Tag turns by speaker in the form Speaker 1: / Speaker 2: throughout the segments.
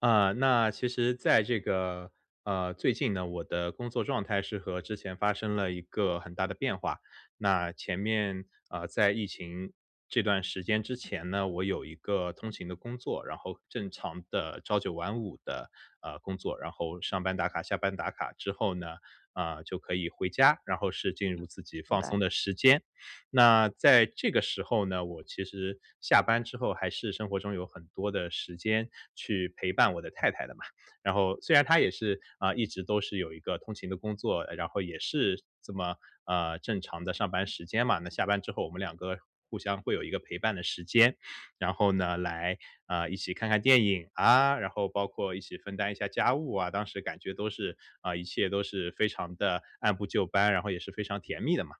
Speaker 1: 啊，那其实在这个最近呢，我的工作状态是和之前发生了一个很大的变化。那前面啊，在疫情这段时间之前呢，我有一个通勤的工作，然后正常的朝九晚五的工作，然后上班打卡、下班打卡之后呢，啊就可以回家，然后是进入
Speaker 2: 嗯，
Speaker 1: 自己
Speaker 2: 明
Speaker 1: 放松
Speaker 2: 白，
Speaker 1: 的时间。那在这个时候呢，我其实下班之后还是生活中有很多的时间去陪伴我的太太的嘛。然后虽然她也是，啊，一直都是有一个通勤的工作，然后也是这么，正常的上班时间嘛，那下班之后我们两个互相会有一个陪伴的时间，然后呢，来，啊，一起看看电影啊，然后包括一起分担一下家务啊，当时感觉都是，啊，一切都是非常的按部就班，然后也是非常甜蜜的嘛。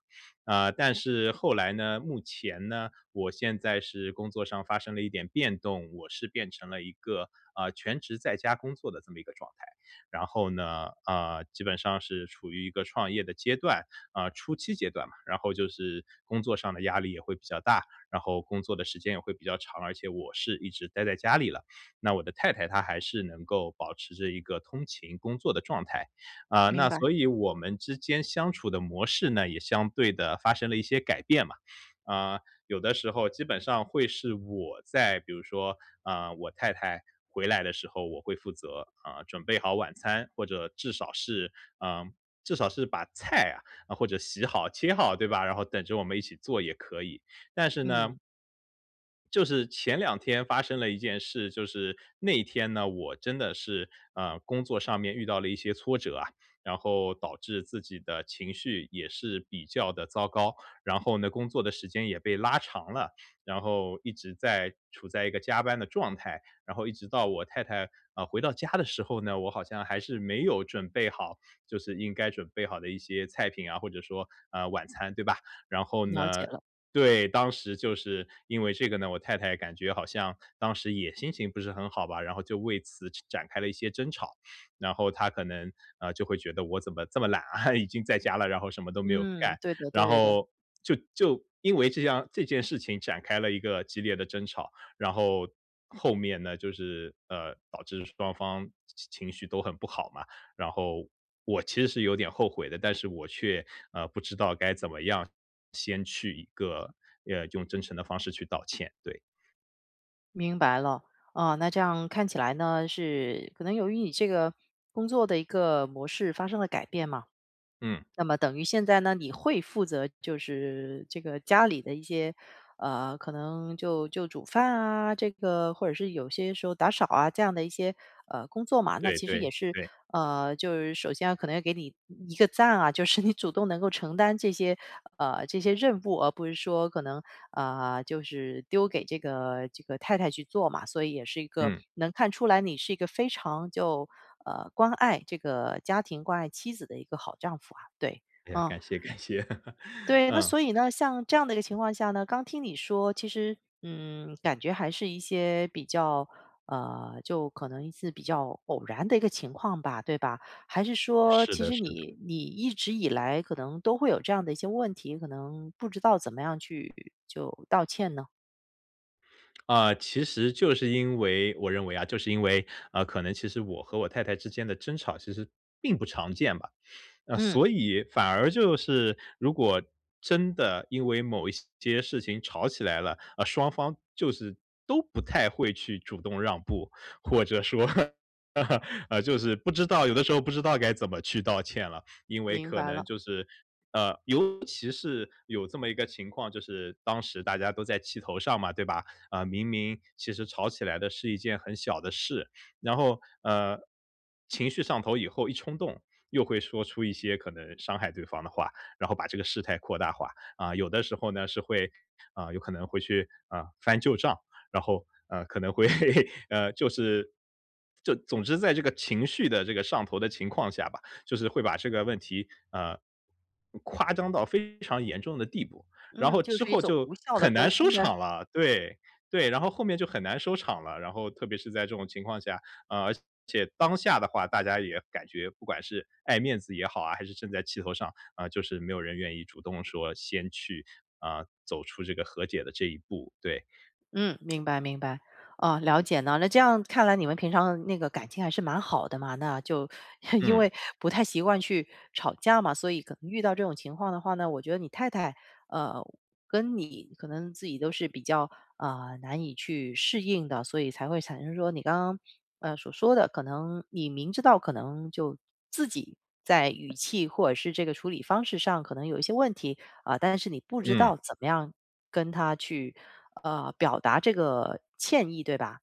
Speaker 1: 啊，但是后来呢，目前呢，我现在是工作上发生了一点变动，我是变成了一个，啊全职在家工作的这么一个状态。然后呢，啊，基本上是处于一个创业的阶段，啊初期阶段嘛，然后就是工作上的压力也会比较大，然后工作的时间也会比较长，而且我是一直待在家里了。那我的太太她还是能够保持着一个通勤工作的状态，啊，
Speaker 2: 明
Speaker 1: 那
Speaker 2: 白，
Speaker 1: 所以我们之间相处的模式呢，也相对的发生了一些改变嘛。啊，有的时候基本上会是我在比如说，啊，我太太回来的时候，我会负责，啊，准备好晚餐，或者至少是嗯，至少是把菜啊，啊，或者洗好、切好，对吧？然后等着我们一起做也可以。但是呢
Speaker 2: 嗯，
Speaker 1: 就是前两天发生了一件事，就是那一天呢，我真的是，啊，工作上面遇到了一些挫折啊，然后导致自己的情绪也是比较的糟糕。然后呢，工作的时间也被拉长了，然后一直在处在一个加班的状态，然后一直到我太太啊，回到家的时候呢，我好像还是没有准备好，就是应该准备好的一些菜品啊，或者说，晚餐，对吧？然后
Speaker 2: 了解
Speaker 1: 呢
Speaker 2: 了，
Speaker 1: 对，当时就是因为这个呢，我太太感觉好像当时也心情不是很好吧，然后就为此展开了一些争吵。然后他可能，就会觉得我怎么这么懒啊，已经在家了，然后什么都没有
Speaker 2: 嗯，
Speaker 1: 干。
Speaker 2: 对的，
Speaker 1: 然
Speaker 2: 对的，
Speaker 1: 后就因为这样这件事情展开了一个激烈的争吵，然后后面呢，就是，导致双方情绪都很不好嘛。然后我其实是有点后悔的，但是我却，不知道该怎么样先去一个，用真诚的方式去道歉，对。
Speaker 2: 明白了。那这样看起来呢，是可能由于你这个工作的一个模式发生了改变嘛，
Speaker 1: 嗯，
Speaker 2: 那么等于现在呢，你会负责就是这个家里的一些，可能就煮饭啊，这个或者是有些时候打扫啊这样的一些工作嘛，那
Speaker 1: 对
Speaker 2: 其实也
Speaker 1: 对
Speaker 2: 是
Speaker 1: 对，
Speaker 2: 就是首先啊可能要给你一个赞啊，就是你主动能够承担这些这些任务，而不是说可能就是丢给这个太太去做嘛，所以也是一个
Speaker 1: 嗯，
Speaker 2: 能看出来你是一个非常就关爱这个家庭、关爱妻子的一个好丈夫啊，对，
Speaker 1: 哎呀，
Speaker 2: 嗯。
Speaker 1: 感谢感谢。
Speaker 2: 对，那
Speaker 1: 嗯，
Speaker 2: 所以呢，像这样的一个情况下呢，刚听你说，其实，嗯，感觉还是一些比较，就可能是比较偶然的一个情况吧，对吧？还是说，
Speaker 1: 是
Speaker 2: 其
Speaker 1: 的
Speaker 2: 实
Speaker 1: 是的。
Speaker 2: 你一直以来可能都会有这样的一些问题，可能不知道怎么样去就道歉呢？
Speaker 1: 啊，其实就是因为我认为啊，就是因为，啊，可能其实我和我太太之间的争吵其实并不常见吧。啊，
Speaker 2: 嗯，
Speaker 1: 所以反而就是如果真的因为某一些事情吵起来了，啊，双方就是都不太会去主动让步，或者说 就是不知道有的时候不知道该怎么去道歉了，因为
Speaker 2: 明
Speaker 1: 可
Speaker 2: 白
Speaker 1: 能
Speaker 2: 了，
Speaker 1: 就是尤其是有这么一个情况，就是当时大家都在气头上嘛，对吧？啊、明明其实吵起来的是一件很小的事，然后情绪上头以后一冲动。又会说出一些可能伤害对方的话，然后把这个事态扩大化啊、有的时候呢是会啊、有可能会去啊、翻旧账，然后可能会 就是就总之在这个情绪的这个上头的情况下吧，就是会把这个问题夸张到非常严重的地步，然
Speaker 2: 嗯，
Speaker 1: 后
Speaker 2: 就
Speaker 1: 之
Speaker 2: 是一
Speaker 1: 后
Speaker 2: 种
Speaker 1: 就
Speaker 2: 无效的
Speaker 1: 很
Speaker 2: 沟
Speaker 1: 难收
Speaker 2: 通呗。
Speaker 1: 场了。对，对，然后后面就很难收场了。然后特别是在这种情况下，而且当下的话，大家也感觉不管是爱面子也好啊，还是正在气头上，啊，就是没有人愿意主动说先去，啊，走出这个和解的这一步。对，
Speaker 2: 嗯，明白明白，哦，了解呢。那这样看来，你们平常那个感情还是蛮好的嘛？那就 因
Speaker 1: 嗯，
Speaker 2: 为不太习惯去吵架嘛，所以可能遇到这种情况的话呢，我觉得你太太呃跟你可能自己都是比较难以去适应的，所以才会产生说你刚刚所说的，可能你明知道可能就自己在语气或者是这个处理方式上可能有一些问题，但是你不知
Speaker 1: 嗯，
Speaker 2: 道怎么样跟他去表达这个歉意，对吧？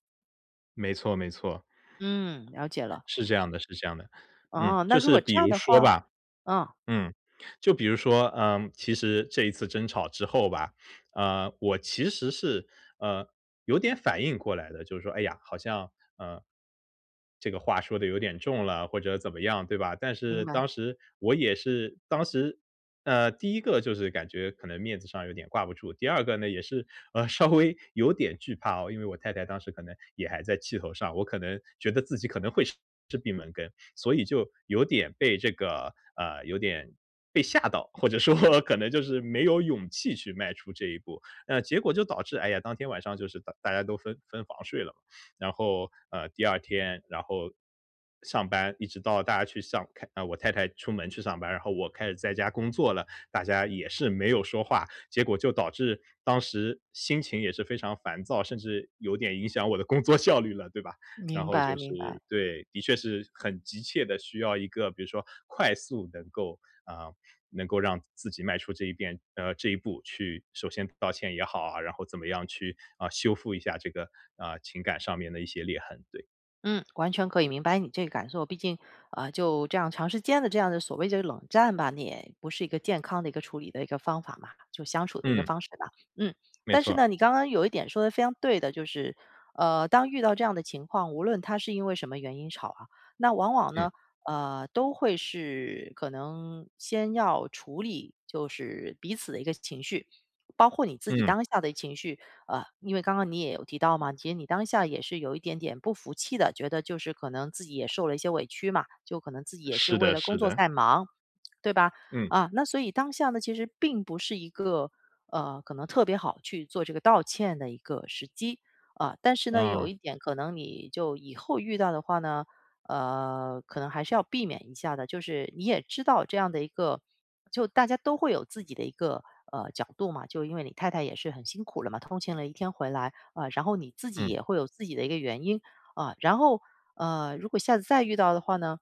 Speaker 1: 没错没错，
Speaker 2: 嗯，了解了。
Speaker 1: 是这样的是这样的。嗯，
Speaker 2: 哦，那
Speaker 1: 就
Speaker 2: 如
Speaker 1: 是
Speaker 2: 果
Speaker 1: 比
Speaker 2: 这样
Speaker 1: 如
Speaker 2: 的
Speaker 1: 说
Speaker 2: 话，
Speaker 1: 吧，
Speaker 2: 嗯，
Speaker 1: 嗯，就比如说，嗯，其实这一次争吵之后吧，我其实是，呃，有点反应过来的，就是说，哎呀，好像，呃，这个话说的有点重了，或者怎么样，对吧？但
Speaker 2: 明
Speaker 1: 是
Speaker 2: 白，
Speaker 1: 当时我也是当时，第一个就是感觉可能面子上有点挂不住，第二个呢，也是，稍微有点惧怕哦，因为我太太当时可能也还在气头上，我可能觉得自己可能会吃闭门羹，所以就有点被这个，有点被吓到，或者说 可能就是没有勇气去迈出这一步，结果就导致，哎呀，当天晚上就是大家都分房睡了嘛，然后，第二天，然后上班，一直到大家去上开啊，我太太出门去上班，然后我开始在家工作了，大家也是没有说话，结果就导致当时心情也是非常烦躁，甚至有点影响我的工作效率了，对吧？然
Speaker 2: 明
Speaker 1: 后
Speaker 2: 白，
Speaker 1: 就是
Speaker 2: 明白。
Speaker 1: 对，的确是很急切的需要一个比如说快速能够啊，能够让自己迈出这一遍这一步去首先道歉也好啊，然后怎么样去，啊，修复一下这个，啊，情感上面的一些裂痕，对。
Speaker 2: 嗯，完全可以明白你这个感受。毕竟，就这样长时间的这样的所谓这个冷战吧，你也不是一个健康的一个处理的一个方法嘛，就相处的一个
Speaker 1: 嗯，
Speaker 2: 方式吧。嗯，
Speaker 1: 没
Speaker 2: 但是
Speaker 1: 错，
Speaker 2: 呢，你刚刚有一点说的非常对的，就是，当遇到这样的情况，无论他是因为什么原因吵啊，那往往
Speaker 1: 嗯，
Speaker 2: 呢，都会是可能先要处理就是彼此的一个情绪，包括你自己
Speaker 1: 嗯，
Speaker 2: 当下的情绪，因为刚刚你也有提到嘛，其实你当下也是有一点点不服气的，觉得就是可能自己也受了一些委屈嘛，就可能自己也是
Speaker 1: 是
Speaker 2: 为
Speaker 1: 的
Speaker 2: 了工
Speaker 1: 是
Speaker 2: 作
Speaker 1: 的，
Speaker 2: 在忙，对吧？
Speaker 1: 嗯，
Speaker 2: 啊，那所以当下呢，其实并不是一个可能特别好去做这个道歉的一个时机啊。但是呢，有
Speaker 1: 啊，
Speaker 2: 一点可能你就以后遇到的话呢，可能还是要避免一下的。就是你也知道这样的一个，就大家都会有自己的一个角度嘛。就因为你太太也是很辛苦了嘛，通勤了一天回来啊、然后你自己
Speaker 1: 嗯，
Speaker 2: 也会有自己的一个原因。啊，然后，如果下次再遇到的话呢，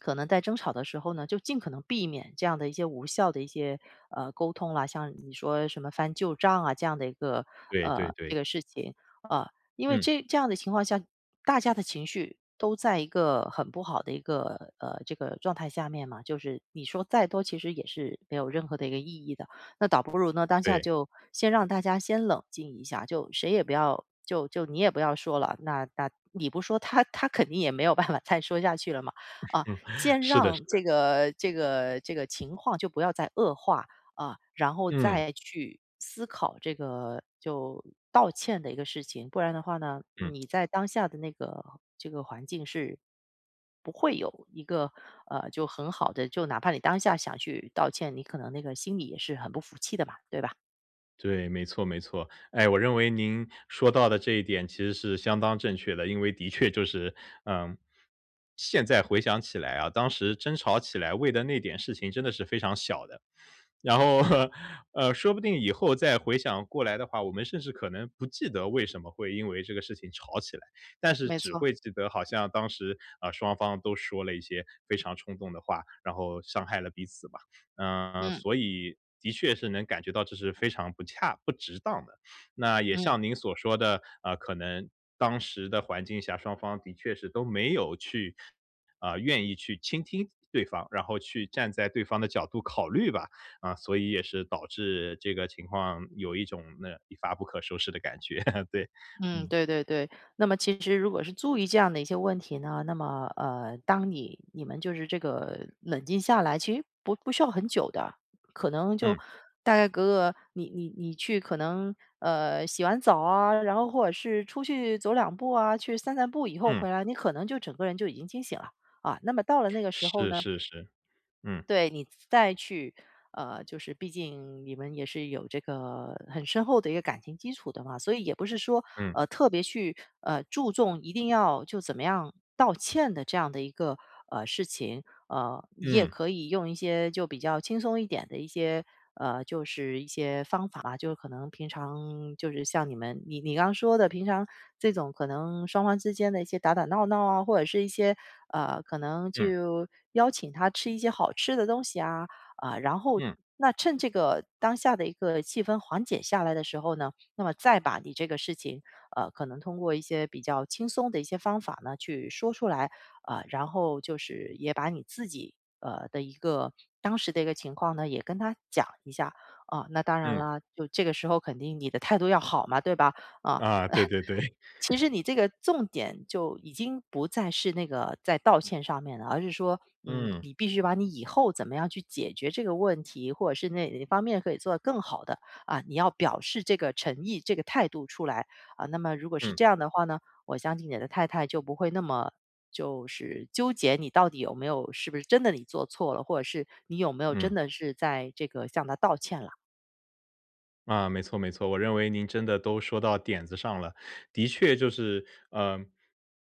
Speaker 2: 可能在争吵的时候呢，就尽可能避免这样的一些无效的一些，沟通啦，像你说什么翻旧账啊，这样的一个，
Speaker 1: 对对
Speaker 2: 这
Speaker 1: 对，
Speaker 2: 个事情。啊，呃因为
Speaker 1: 嗯，
Speaker 2: 这这样的情况下，大家的情绪都在一个很不好的一个，这个状态下面嘛，就是你说再多其实也是没有任何的一个意义的。那倒不如呢，当下
Speaker 1: 对，
Speaker 2: 就先让大家先冷静一下，就谁也不要，就你也不要说了，那你不说他，他肯定也没有办法再说下去了嘛。啊，
Speaker 1: 嗯，
Speaker 2: 先
Speaker 1: 是的是
Speaker 2: 让这
Speaker 1: 的，
Speaker 2: 个这个这个情况就不要再恶化，啊，然后
Speaker 1: 嗯，
Speaker 2: 再去思考这个就道歉的一个事情，不然的话呢，
Speaker 1: 嗯。
Speaker 2: 你在当下的那个这个环境是不会有一个就很好的，就哪怕你当下想去道歉，你可能那个心里也是很不服气的嘛，对吧？
Speaker 1: 对，没错没错。哎，我认为您说到的这一点其实是相当正确的，因为的确就是，嗯，现在回想起来啊，当时争吵起来为的那点事情真的是非常小的。然后，说不定以后再回想过来的话，我们甚至可能不记得为什么会因为这个事情吵起来，但是
Speaker 2: 没
Speaker 1: 只
Speaker 2: 错，
Speaker 1: 会记得好像当时，啊双方都说了一些非常冲动的话，然后伤害了彼此吧。嗯，
Speaker 2: 嗯
Speaker 1: 所以的确是能感觉到这是非常不恰不值当的。那也
Speaker 2: 嗯。
Speaker 1: 像您所说的，啊，可能当时的环境下，双方的确是都没有去，啊，愿意去倾听对方，然后去站在对方的角度考虑吧。啊，所以也是导致这个情况有一种那一发不可收拾的感觉，对，
Speaker 2: 嗯，
Speaker 1: 嗯，
Speaker 2: 对对对。那么其实如果是注意这样的一些问题呢，那么当你们就是这个冷静下来，其实不需要很久的，可能就
Speaker 1: 嗯，
Speaker 2: 大概隔个你去可能洗完澡啊，然后或者是出去走两步啊，去散散步以后
Speaker 1: 嗯，
Speaker 2: 回来，你可能就整个人就已经清醒了啊。那么到了那个时候
Speaker 1: 是
Speaker 2: 呢？
Speaker 1: 是是，嗯，
Speaker 2: 对，你再去，就是毕竟你们也是有这个很深厚的一个感情基础的嘛，所以也不是说，
Speaker 1: 嗯，
Speaker 2: 特别去，注重一定要就怎么样道歉的这样的一个事情，你也
Speaker 1: 嗯，
Speaker 2: 可以用一些就比较轻松一点的一些，就是一些方法吧，就是可能平常就是像你们你刚刚说的，平常这种可能双方之间的一些打打闹闹啊，或者是一些可能
Speaker 1: 嗯，
Speaker 2: 就邀请他吃一些好吃的东西啊，啊，然后
Speaker 1: 嗯，
Speaker 2: 那趁这个当下的一个气氛缓解下来的时候呢，那么再把你这个事情，可能通过一些比较轻松的一些方法呢去说出来，啊，然后就是也把你自己的一个当时的一个情况呢，也跟他讲一下啊、那当然
Speaker 1: 嗯，
Speaker 2: 啦，就这个时候肯定你的态度要好嘛，对吧？啊、
Speaker 1: 啊，对对对，
Speaker 2: 其实你这个重点就已经不再是那个在道歉上面了，而是说，嗯，
Speaker 1: 嗯，
Speaker 2: 你必须把你以后怎么样去解决这个问题，或者是哪方面可以做得更好的啊，你要表示这个诚意、这个态度出来啊。那么如果是
Speaker 1: 嗯，
Speaker 2: 这样的话呢，我相信你的太太就不会那么就是纠结你到底有没有是不是真的你做错了，或者是你有没有真
Speaker 1: 嗯。
Speaker 2: 的是在这个向她道歉了。
Speaker 1: 啊，没错没错，我认为您真的都说到点子上了。的确就是，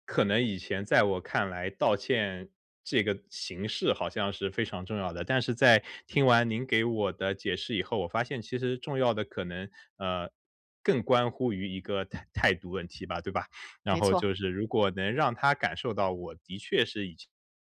Speaker 1: 可能以前在我看来，道歉这个形式好像是非常重要的，但是在听完您给我的解释以后，我发现其实重要的可能，呃，更关乎于一个态度问题吧，对吧？然
Speaker 2: 没
Speaker 1: 后
Speaker 2: 错。
Speaker 1: 就是如果能让他感受到我的确是已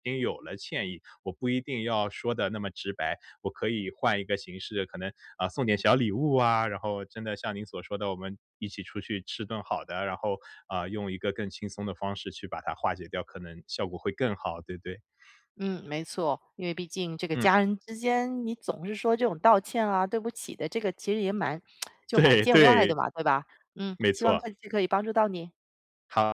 Speaker 1: 已经有了歉意，我不一定要说的那么直白，我可以换一个形式，可能，啊，送点小礼物啊，然后真的像您所说的，我们一起出去吃顿好的，然后，啊，用一个更轻松的方式去把它化解掉，可能效果会更好，对不对？
Speaker 2: 嗯，没错，因为毕竟这个
Speaker 1: 嗯，
Speaker 2: 家人之间，你总是说这种道歉啊、对不起的，这个其实也蛮 就蛮
Speaker 1: 对
Speaker 2: 见外
Speaker 1: 对，
Speaker 2: 的嘛，对吧？嗯，
Speaker 1: 没
Speaker 2: 希望
Speaker 1: 错，
Speaker 2: 科技可以帮助到你。
Speaker 1: 好。